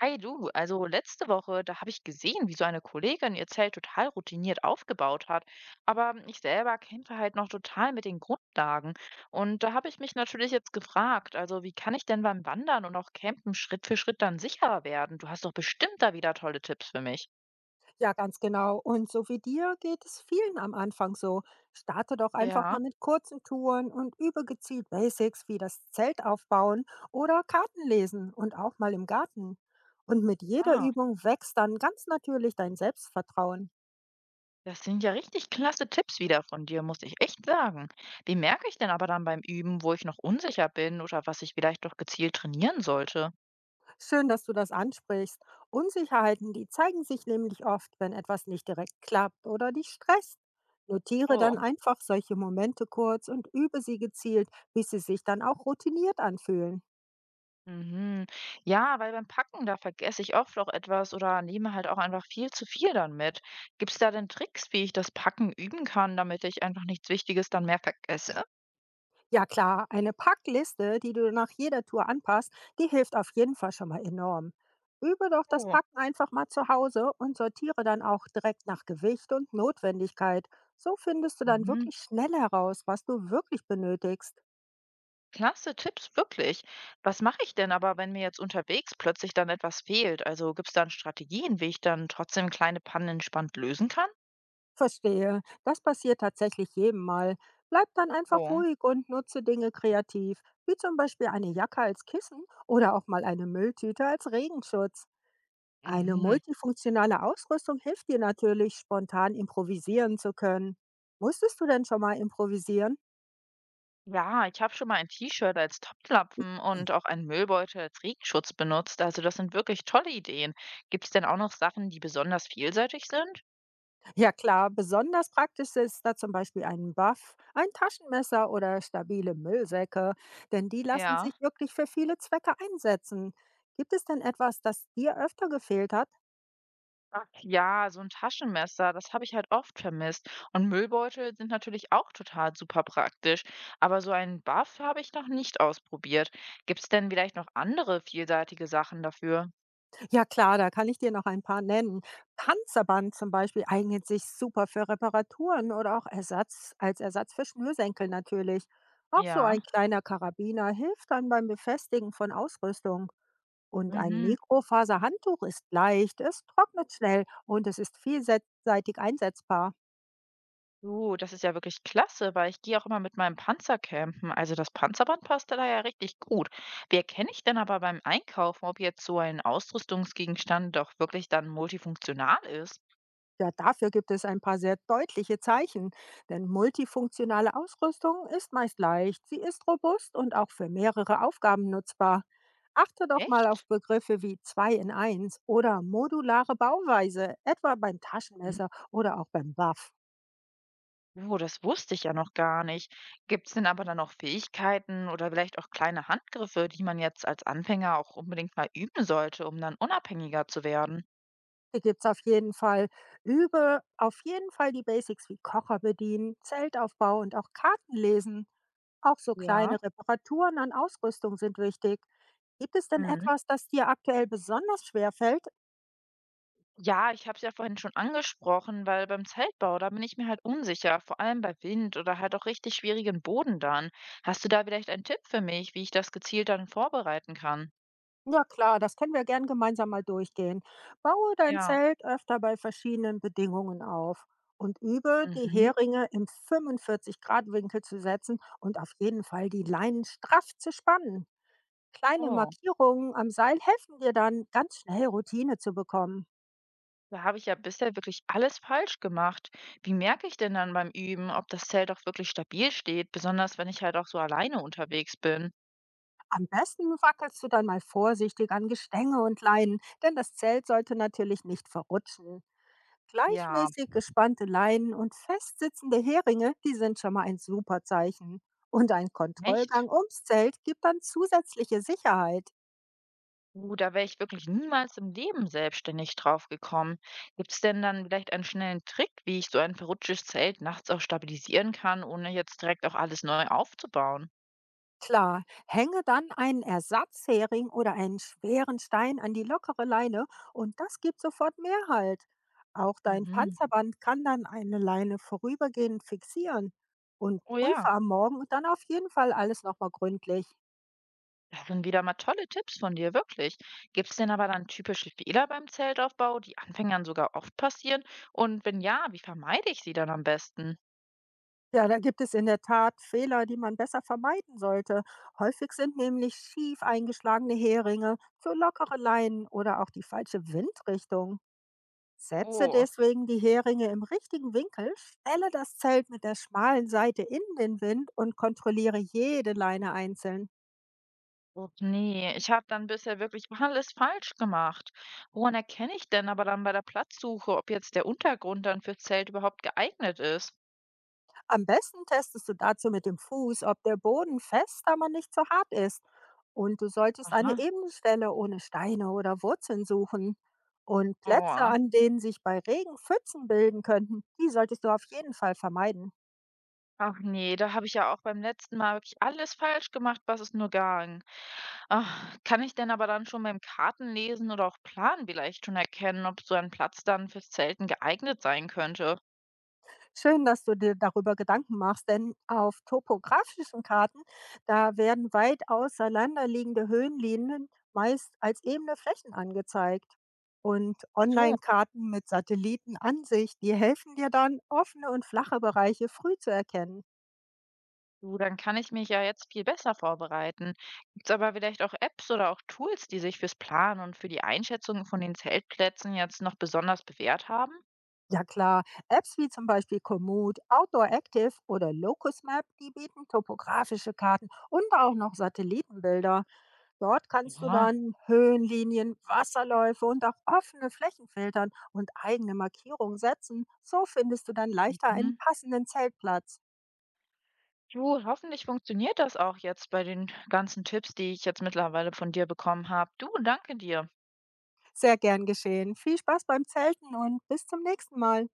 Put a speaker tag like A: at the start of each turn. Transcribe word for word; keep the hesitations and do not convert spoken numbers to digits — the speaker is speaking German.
A: Hi du, also letzte Woche, da habe ich gesehen, wie so eine Kollegin ihr Zelt total routiniert aufgebaut hat. Aber ich selber kämpfe halt noch total mit den Grundlagen. Und da habe ich mich natürlich jetzt gefragt, also wie kann ich denn beim Wandern und auch Campen Schritt für Schritt dann sicherer werden? Du hast doch bestimmt da wieder tolle Tipps für mich.
B: Ja, ganz genau. Und so wie dir geht es vielen am Anfang so. Starte doch einfach mal
A: Ja,
B: mit kurzen Touren und übe gezielt Basics wie das Zelt aufbauen oder Karten lesen und auch mal im Garten. Und mit jeder
A: ah,
B: Übung wächst dann ganz natürlich dein Selbstvertrauen.
A: das sind ja richtig klasse Tipps wieder von dir, muss ich echt sagen. Wie merke ich denn aber dann beim Üben, wo ich noch unsicher bin oder was ich vielleicht doch gezielt trainieren sollte?
B: Schön, dass du das ansprichst. Unsicherheiten, die zeigen sich nämlich oft, wenn etwas nicht direkt klappt oder dich stresst. Notiere
A: Oh.
B: dann einfach solche Momente kurz und übe sie gezielt, bis sie sich dann auch routiniert anfühlen.
A: Mhm. Ja, weil beim Packen, da vergesse ich oft auch etwas oder nehme halt auch einfach viel zu viel dann mit. Gibt es da denn Tricks, wie ich das Packen üben kann, damit ich einfach nichts Wichtiges dann mehr vergesse?
B: Ja klar, eine Packliste, die du nach jeder Tour anpasst, die hilft auf jeden Fall schon mal enorm. Übe doch das
A: Oh.
B: Packen einfach mal zu Hause und sortiere dann auch direkt nach Gewicht und Notwendigkeit. So findest du dann
A: Mhm.
B: wirklich schnell heraus, was du wirklich benötigst.
A: Klasse Tipps, wirklich. Was mache ich denn aber, wenn mir jetzt unterwegs plötzlich dann etwas fehlt? Also gibt es dann Strategien, wie ich dann trotzdem kleine Pannen entspannt lösen kann?
B: Verstehe, das passiert tatsächlich jedem Mal. Bleib dann einfach
A: Oh.
B: ruhig und nutze Dinge kreativ, wie zum Beispiel eine Jacke als Kissen oder auch mal eine Mülltüte als Regenschutz. Eine
A: Mhm.
B: multifunktionale Ausrüstung hilft dir natürlich, spontan improvisieren zu können. Musstest du denn schon mal improvisieren?
A: Ja, ich habe schon mal ein T-Shirt als Topflappen und auch einen Müllbeutel als Regenschutz benutzt. Also das sind wirklich tolle Ideen. Gibt es denn auch noch Sachen, die besonders vielseitig sind?
B: Ja klar, besonders praktisch ist da zum Beispiel ein Buff, ein Taschenmesser oder stabile Müllsäcke, denn die lassen
A: Ja.
B: sich wirklich für viele Zwecke einsetzen. Gibt es denn etwas, das dir öfter gefehlt hat?
A: Ach ja, so ein Taschenmesser, das habe ich halt oft vermisst. Und Müllbeutel sind natürlich auch total super praktisch. Aber so einen Buff habe ich noch nicht ausprobiert. Gibt es denn vielleicht noch andere vielseitige Sachen dafür?
B: Ja klar, da kann ich dir noch ein paar nennen. Panzerband zum Beispiel eignet sich super für Reparaturen oder auch Ersatz, als Ersatz für Schnürsenkel natürlich. Auch so
A: Ja.
B: ein kleiner Karabiner hilft dann beim Befestigen von Ausrüstung. Und ein
A: Mhm.
B: Mikrofaserhandtuch ist leicht, es trocknet schnell und es ist vielseitig einsetzbar.
A: Du, das ist ja wirklich klasse, weil ich gehe auch immer mit meinem Panzer campen. Also das Panzerband passt da ja richtig gut. Wie erkenne ich denn aber beim Einkaufen, ob jetzt so ein Ausrüstungsgegenstand doch wirklich dann multifunktional ist?
B: Ja, dafür gibt es ein paar sehr deutliche Zeichen, denn multifunktionale Ausrüstung ist meist leicht, sie ist robust und auch für mehrere Aufgaben nutzbar. Achte doch mal auf
A: Echt?
B: Begriffe wie zwei in eins oder modulare Bauweise, etwa beim
A: Mhm.
B: Taschenmesser oder auch beim Buff.
A: Oh, das wusste ich ja noch gar nicht. Gibt es denn aber dann noch Fähigkeiten oder vielleicht auch kleine Handgriffe, die man jetzt als Anfänger auch unbedingt mal üben sollte, um dann unabhängiger zu werden?
B: Hier gibt es auf jeden Fall über auf jeden Fall die Basics wie Kocher bedienen, Zeltaufbau und auch Karten lesen. Auch so
A: Ja.
B: kleine Reparaturen an Ausrüstung sind wichtig. Gibt es denn etwas, das dir aktuell besonders schwer fällt?
A: Ja, ich habe es ja vorhin schon angesprochen, weil beim Zeltbau, da bin ich mir halt unsicher, vor allem bei Wind oder halt auch richtig schwierigen Boden dann. Hast du da vielleicht einen Tipp für mich, wie ich das gezielt dann vorbereiten kann?
B: Ja klar, das können wir gern gemeinsam mal durchgehen. Baue dein
A: Ja,
B: Zelt öfter bei verschiedenen Bedingungen auf und übe, die
A: mhm.
B: Heringe im fünfundvierzig grad winkel zu setzen und auf jeden Fall die Leinen straff zu spannen. Kleine
A: Oh,
B: Markierungen am Seil helfen dir dann, ganz schnell Routine zu bekommen.
A: da habe ich ja bisher wirklich alles falsch gemacht. Wie merke ich denn dann beim Üben, ob das Zelt auch wirklich stabil steht, besonders wenn ich halt auch so alleine unterwegs bin?
B: Am besten wackelst du dann mal vorsichtig an Gestänge und Leinen, denn das Zelt sollte natürlich nicht verrutschen.
A: Ja,
B: Gleichmäßig gespannte Leinen und festsitzende Heringe, die sind schon mal ein super Zeichen. Und ein
A: echt?
B: Kontrollgang ums Zelt gibt dann zusätzliche Sicherheit.
A: Uh, da wäre ich wirklich niemals im Leben selbstständig drauf gekommen. Gibt es denn dann vielleicht einen schnellen Trick, wie ich so ein verrutschtes Zelt nachts auch stabilisieren kann, ohne jetzt direkt auch alles neu aufzubauen?
B: Klar, hänge dann einen Ersatzhering oder einen schweren Stein an die lockere Leine und das gibt sofort mehr Halt. Auch dein
A: Mhm.
B: Panzerband kann dann eine Leine vorübergehend fixieren und
A: Oh
B: prüfe
A: ja,
B: am Morgen dann auf jeden Fall alles nochmal gründlich.
A: das sind wieder mal tolle Tipps von dir, wirklich. Gibt es denn aber dann typische Fehler beim Zeltaufbau, die Anfängern sogar oft passieren? Und wenn ja, wie vermeide ich sie dann am besten?
B: Ja, da gibt es in der Tat Fehler, die man besser vermeiden sollte. Häufig sind nämlich schief eingeschlagene Heringe zu lockere Leinen oder auch die falsche Windrichtung. Setze
A: Oh.
B: deswegen die Heringe im richtigen Winkel, stelle das Zelt mit der schmalen Seite in den Wind und kontrolliere jede Leine einzeln.
A: Och ne, ich habe dann bisher wirklich alles falsch gemacht. Woran erkenne ich denn aber dann bei der Platzsuche, ob jetzt der Untergrund dann fürs Zelt überhaupt geeignet ist?
B: Am besten testest du dazu mit dem Fuß, ob der Boden fest, aber nicht zu hart ist. Und du solltest eine
A: Aha.
B: ebene Stelle ohne Steine oder Wurzeln suchen. Und Plätze,
A: Oh,
B: an denen sich bei Regen Pfützen bilden könnten, die solltest du auf jeden Fall vermeiden.
A: ach nee, da habe ich ja auch beim letzten Mal wirklich alles falsch gemacht, was es nur ging. Ach, kann ich denn aber dann schon beim Kartenlesen oder auch Plan vielleicht schon erkennen, ob so ein Platz dann fürs Zelten geeignet sein könnte?
B: Schön, dass du dir darüber Gedanken machst, denn auf topografischen Karten, da werden weit auseinanderliegende Höhenlinien meist als ebene Flächen angezeigt. Und
A: So.
B: Online-Karten mit Satellitenansicht, die helfen dir dann, offene und flache Bereiche früh zu erkennen.
A: Du, dann kann ich mich ja jetzt viel besser vorbereiten. Gibt es aber vielleicht auch Apps oder auch Tools, die sich fürs Planen und für die Einschätzung von den Zeltplätzen jetzt noch besonders bewährt haben?
B: Ja klar, Apps wie zum Beispiel Komoot, Outdoor Active oder Locus Map, die bieten topografische Karten und auch noch Satellitenbilder. Dort kannst du
A: Ja.
B: dann Höhenlinien, Wasserläufe und auch offene Flächen filtern und eigene Markierungen setzen. So findest du dann leichter einen
A: Mhm.
B: passenden Zeltplatz.
A: Du, hoffentlich funktioniert das auch jetzt bei den ganzen Tipps, die ich jetzt mittlerweile von dir bekommen habe. Du, danke dir.
B: Sehr gern geschehen. Viel Spaß beim Zelten und bis zum nächsten Mal.